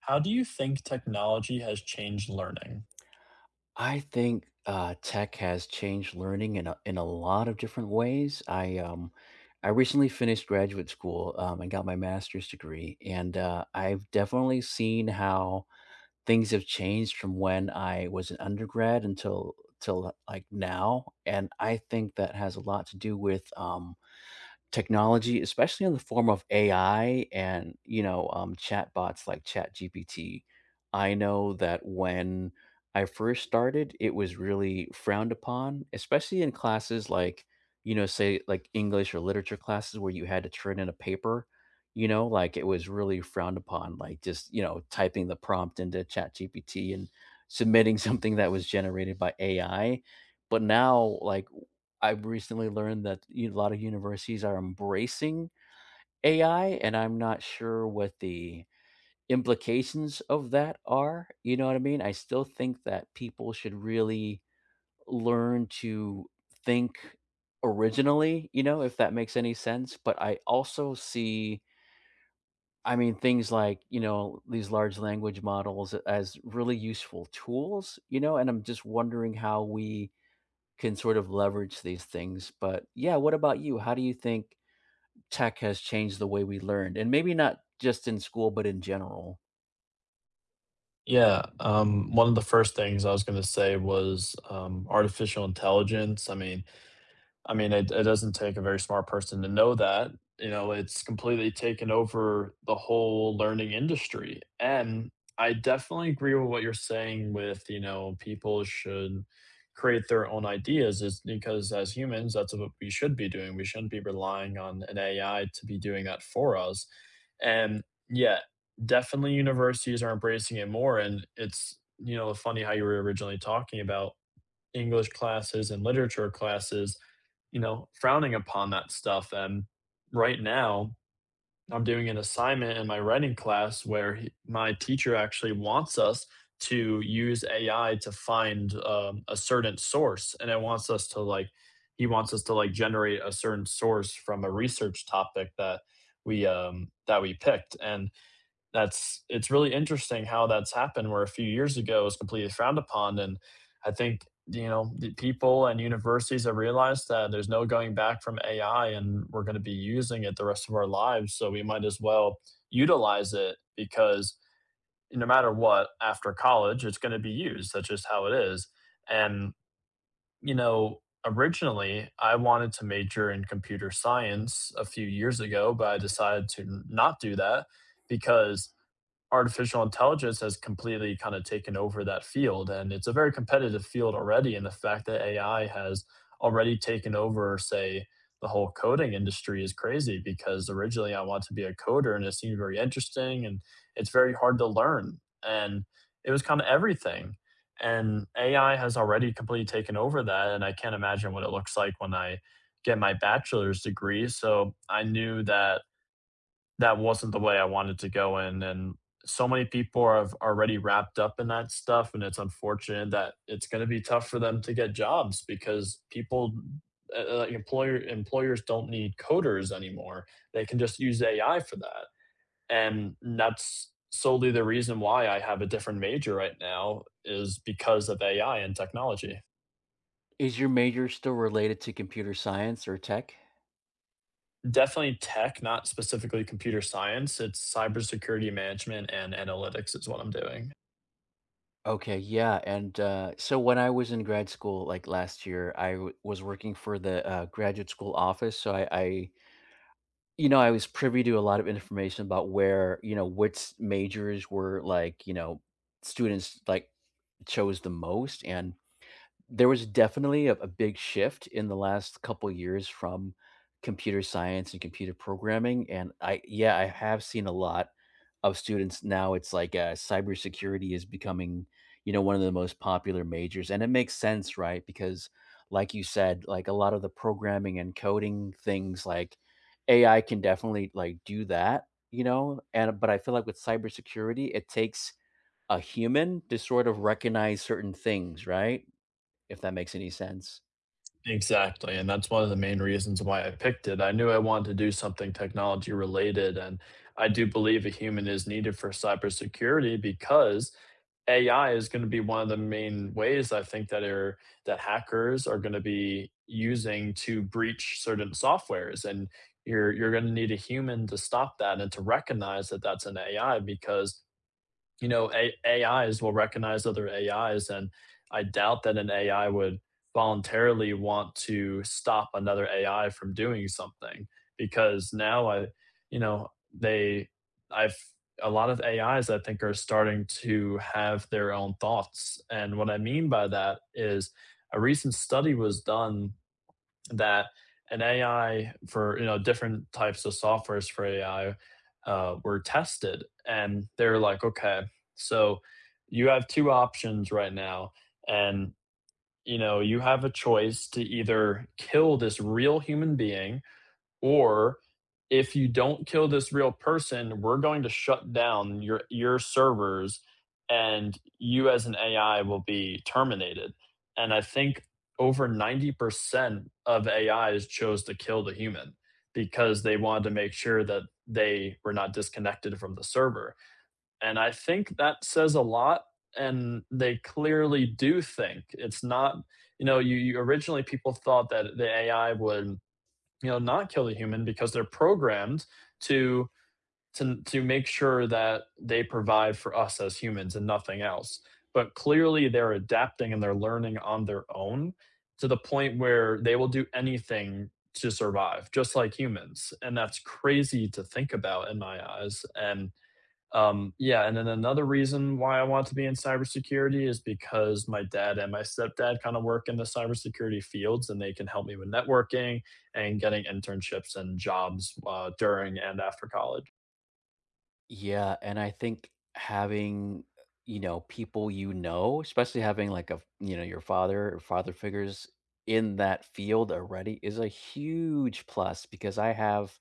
How do you think technology has changed learning? I think, tech has changed learning in a lot of different ways. I recently finished graduate school, and got my master's degree, and, I've definitely seen how things have changed from when I was an undergrad until like, now, and I think that has a lot to do with, technology, especially in the form of AI and, chatbots like ChatGPT. I know that when I first started, it was really frowned upon, especially in classes like, say like English or literature classes where you had to turn in a paper, like it was really frowned upon, like just, typing the prompt into ChatGPT and submitting something that was generated by AI. But now, like I've recently learned that u a lot of universities are embracing AI, and I'm not sure what the implications of that are, you know what I mean? I still think that people should really learn to think originally, you know, if that makes any sense, but I also see, I mean, things like, you know, these large language models as really useful tools, you know, and I'm just wondering how we can sort of leverage these things. But yeah, what about you? How do you think tech has changed the way we learned? And maybe not just in school, but in general. Yeah, One of the first things I was going to say was artificial intelligence. I mean, it doesn't take a very smart person to know that. You know, it's completely taken over the whole learning industry. And I definitely agree with what you're saying. With, you know, people should create their own ideas, is because as humans, that's what we should be doing. We shouldn't be relying on an AI to be doing that for us. And yeah, definitely universities are embracing it more. And it's, you know, funny how you were originally talking about English classes and literature classes, you know, frowning upon that stuff. And right now, I'm doing an assignment in my writing class where my teacher actually wants us to use AI to find a certain source, and it wants us to like, he wants us to like generate a certain source from a research topic that we picked, and that's it's really interesting how that's happened, where a few years ago it was completely frowned upon. And I think, you know, the people and universities have realized that there's no going back from AI, and we're going to be using it the rest of our lives, so we might as well utilize it, because no matter what, after college it's going to be used. That's just how it is. And you know, originally I wanted to major in computer science a few years ago, but I decided to not do that because artificial intelligence has completely kind of taken over that field. And it's a very competitive field already. And the fact that AI has already taken over, say, the whole coding industry is crazy, because originally I wanted to be a coder and it seemed very interesting and it's very hard to learn. And it was kind of everything. And AI has already completely taken over that. And I can't imagine what it looks like when I get my bachelor's degree. So I knew that that wasn't the way I wanted to go in. And so many people are have already wrapped up in that stuff. And it's unfortunate that it's going to be tough for them to get jobs, because people, like employers don't need coders anymore. They can just use AI for that. And that's solely the reason why I have a different major right now, is because of AI and technology. Is your major still related to computer science or tech? Definitely tech, not specifically computer science. It's cybersecurity management and analytics is what I'm doing. Okay, yeah. And so when I was in grad school, like last year, was working for the graduate school office. So you know, I was privy to a lot of information about where, you know, which majors were like, you know, students like chose the most. And there was definitely a big shift in the last couple years from computer science and computer programming, and I yeah, I have seen a lot of students now, it's like, cybersecurity is becoming, you know, one of the most popular majors, and it makes sense, right? Because like you said, like, a lot of the programming and coding things, like, AI can definitely, like, do that, you know? And but I feel like with cybersecurity, it takes a human to sort of recognize certain things, right? If that makes any sense. Exactly, and that's one of the main reasons why I picked it. I knew I wanted to do something technology related, and I do believe a human is needed for cybersecurity, because AI is going to be one of the main ways, I think, that hackers are going to be using to breach certain softwares, and you're going to need a human to stop that and to recognize that that's an AI. Because you know, AIs will recognize other AIs, and I doubt that an AI would voluntarily want to stop another AI from doing something. Because now I, you know, they, I've, a lot of AIs, I think, are starting to have their own thoughts. And what I mean by that is a recent study was done that an AI, for you know different types of softwares for AI, were tested, and they're like, okay, so you have two options right now, and you know you have a choice to either kill this real human being, or if you don't kill this real person, we're going to shut down your servers and you as an AI will be terminated. And I think over 90% of AIs chose to kill the human, because they wanted to make sure that they were not disconnected from the server. And I think that says a lot, and they clearly do think. It's not, you know, you originally people thought that the AI would, you know, not kill the human because they're programmed to to make sure that they provide for us as humans and nothing else. But clearly they're adapting and they're learning on their own, to the point where they will do anything to survive, just like humans. And that's crazy to think about in my eyes. And yeah, and then another reason why I want to be in cybersecurity is because my dad and my stepdad kind of work in the cybersecurity fields, and they can help me with networking and getting internships and jobs during and after college. Yeah, and I think having, you know, people you know, especially having like a, you know, your father or father figures in that field already is a huge plus because I have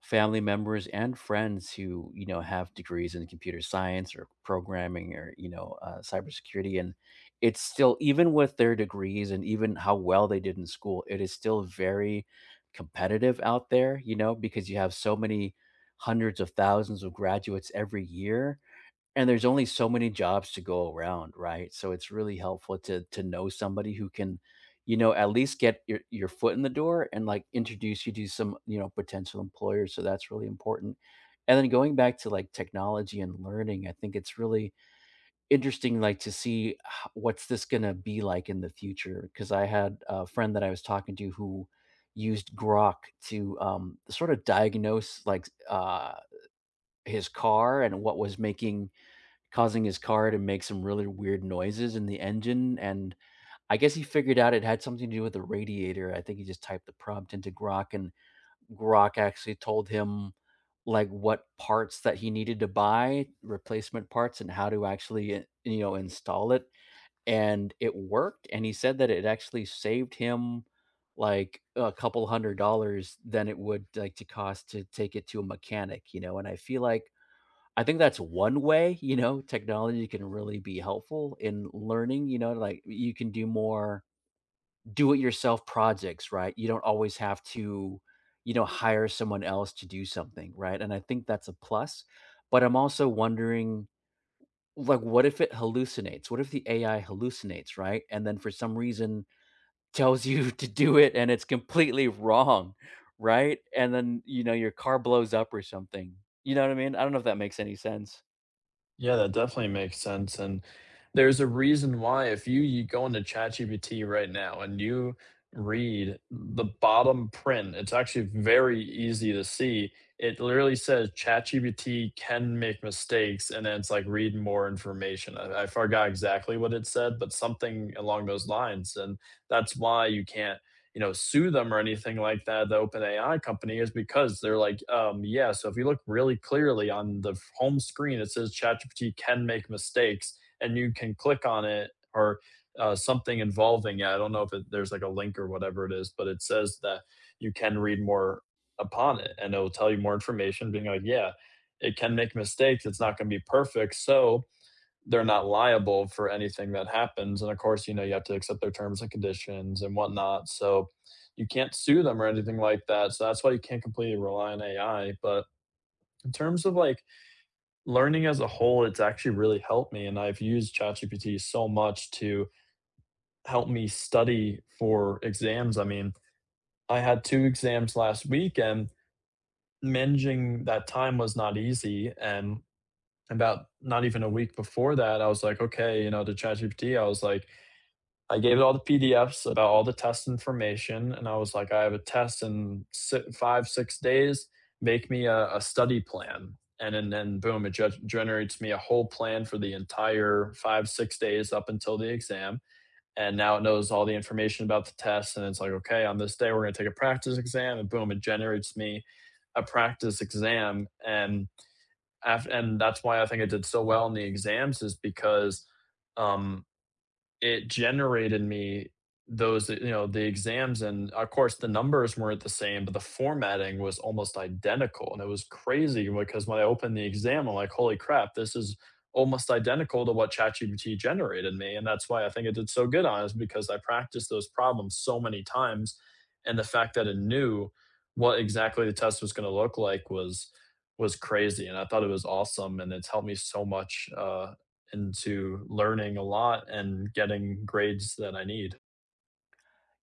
family members and friends who you know have degrees in computer science or programming or you know cybersecurity, and it's still even with their degrees and even how well they did in school, it is still very competitive out there, you know, because you have so many hundreds of thousands of graduates every year, and there's only so many jobs to go around, right? So it's really helpful to know somebody who can, you know, at least get your foot in the door and like introduce you to some, you know, potential employers. So that's really important. And then going back to like technology and learning, I think it's really interesting like to see what's this going to be like in the future because I had a friend that I was talking to who used Grok to sort of diagnose like his car and what was making causing his car to make some really weird noises in the engine, and I guess he figured out it had something to do with the radiator. I think he just typed the prompt into Grok, and Grok actually told him, like, what parts that he needed to buy, replacement parts, and how to actually, I you know, install it, and it worked, and he said that it actually saved him, like, a couple $100 than it would, like, to cost to take it to a mechanic, you know, and I feel like I think that's one way, you know, technology can really be helpful in learning, you know, like you can do more do it yourself projects, right? You don't always have to, you know, hire someone else to do something, right? And I think that's a plus. But I'm also wondering like what if it hallucinates? What if the AI hallucinates, right? And then for some reason tells you to do it and it's completely wrong, right? And then, you know, your car blows up or something. You know what I mean? I don't know if that makes any sense. Yeah, that definitely makes sense. And there's a reason why if you go into ChatGPT right now and you read the bottom print, it's actually very easy to see. It literally says ChatGPT can make mistakes, and then it's like read more information. I forgot exactly what it said, but something along those lines. And that's why you can't, you know, sue them or anything like that, the OpenAI company, is because they're like, yeah, so if you look really clearly on the home screen, it says ChatGPT can make mistakes and you can click on it or something involving it. I don't know if there's like a link or whatever it is, but it says that you can read more upon it, and it will tell you more information, being like, yeah, it can make mistakes. It's not going to be perfect. So, they're not liable for anything that happens. And of course, you know, you have to accept their terms and conditions and whatnot. So you can't sue them or anything like that. So that's why you can't completely rely on AI. But in terms of like learning as a whole, it's actually really helped me. And I've used ChatGPT so much to help me study for exams. I mean, I had two exams last week and managing that time was not easy. And about not even a week before that, I was like, okay, you know, to ChatGPT, I was like, I gave it all the PDFs about all the test information, and I was like, I have a test in five, 6 days. Make me a study plan, and then boom, it generates me a whole plan for the entire five, 6 days up until the exam. And now it knows all the information about the test, and it's like, okay, on this day we're going to take a practice exam, and boom, it generates me a practice exam. And and that's why I think I did so well in the exams, is because um, it generated me those, you know, the exams, and of course the numbers weren't the same but the formatting was almost identical. And it was crazy, because when I opened the exam I'm like, holy crap, this is almost identical to what ChatGPT generated me. And that's why I think it did so good on it, is because I practiced those problems so many times. And the fact that it knew what exactly the test was going to look like was crazy, and I thought it was awesome. And it's helped me so much into learning a lot and getting grades that I need.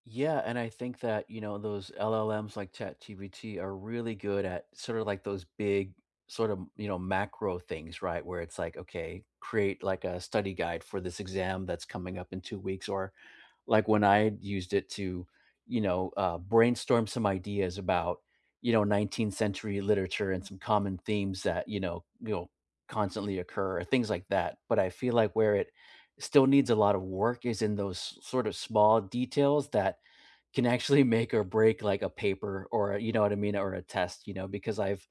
Yeah, and I think that, you know, those LLMs like ChatGPT are really good at sort of like those big sort of, you know, macro things, right? Where it's like, okay, create like a study guide for this exam that's coming up in 2 weeks. Or like when I had used it to, you know, brainstorm some ideas about, you know, 19th century literature and some common themes that, you know, constantly occur or things like that. But I feel like where it still needs a lot of work is in those sort of small details that can actually make or break like a paper or a, you know what I mean, or a test, you know, because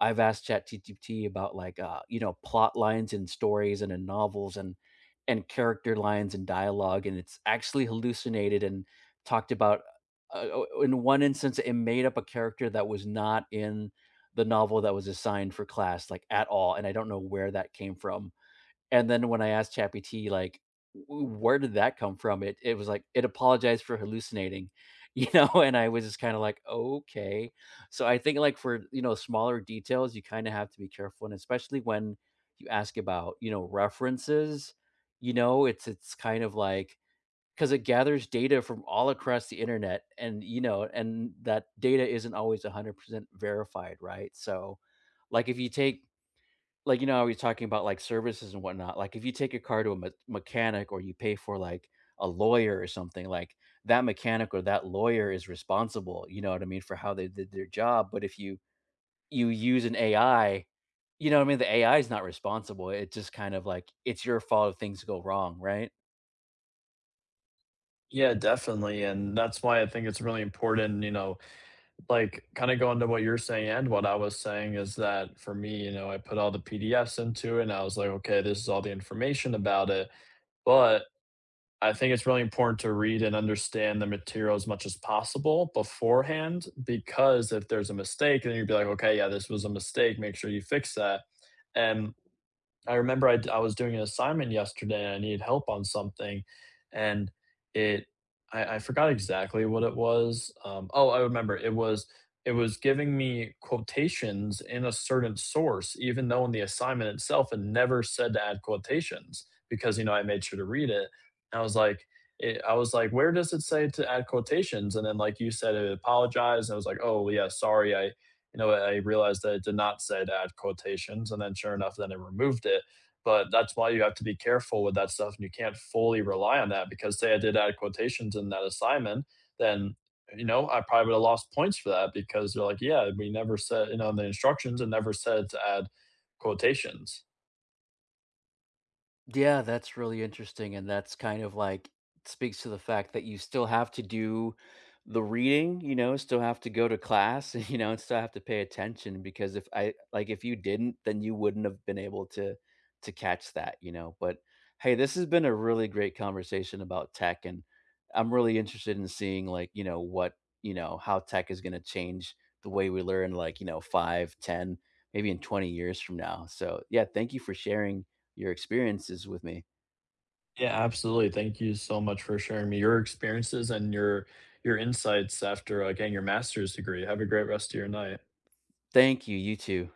I've asked ChatGPT about like you know, plot lines and stories and in novels and character lines and dialogue, and it's actually hallucinated and talked about. Uh, in one instance, it made up a character that was not in the novel that was assigned for class, like at all, and I don't know where that came from. And then when I asked ChatGPT, like, "W Where did that come from?" It was like, "It apologized for hallucinating," you know, and I was just kinda like, "Okay." So I think, like, for, you know, smaller details, you kinda have to be careful, and especially when you ask about, you know, references, you know, it's kind of like because it gathers data from all across the internet and, you know, and that data isn't always 100% verified, right? So, like, if you take like, you know how we're talking about, like, services and whatnot, like, if you take your car to a me mechanic or you pay for, like, a lawyer or something, like, that mechanic or that lawyer is responsible, you know what I mean, for how they did their job, but if you you use an AI, you know what I mean, the AI is not responsible, it just kind of, like, it's your fault if things go wrong, right? Yeah, definitely, and that's why I think it's really important, you know, like, kinda going to what you're saying and what I was saying is that for me, you know, I put all the PDFs into it, and I was like, "Okay, this is all the information about it," but I think it's really important to read and understand the material as much as possible beforehand, because if there's a mistake, then you'd be like, "Okay, yeah, this was a mistake, make sure you fix that," and I remember I was doing an assignment yesterday, and I needed help on something, and it I forgot exactly what it was, oh, I remember, it was giving me quotations in a certain source, even though in the assignment itself, it never said to add quotations, because, you know, I made sure to read it. And I was like I was like, "Where does it say to add quotations?" And then, like you said, it apologized, and I was like, "Oh, yeah, sorry, I, you know, I realized that it did not say to add quotations," and then sure enough, then it removed it. But that's why you have to be careful with that stuff, and you can't fully rely on that, because say I did add quotations in that assignment, then you know I probably would have lost points for that, because they're like, yeah, we never said, you know, in the instructions it never said to add quotations. Yeah, that's really interesting, and that's kind of like speaks to the fact that you still have to do the reading, you know, still have to go to class, you know, and still have to pay attention because if I like if you didn't, then you wouldn't have been able to catch that, you know. But hey, this has been a really great conversation about tech, and I'm really interested in seeing like, you know, you know, how tech is going to change the way we learn like, you know, five, ten, maybe in 20 years from now. So, yeah, thank you for sharing your experiences with me. Yeah, absolutely. Thank you so much for sharing me your experiences and your insights after getting your master's degree. Have a great rest of your night. Thank you. You too.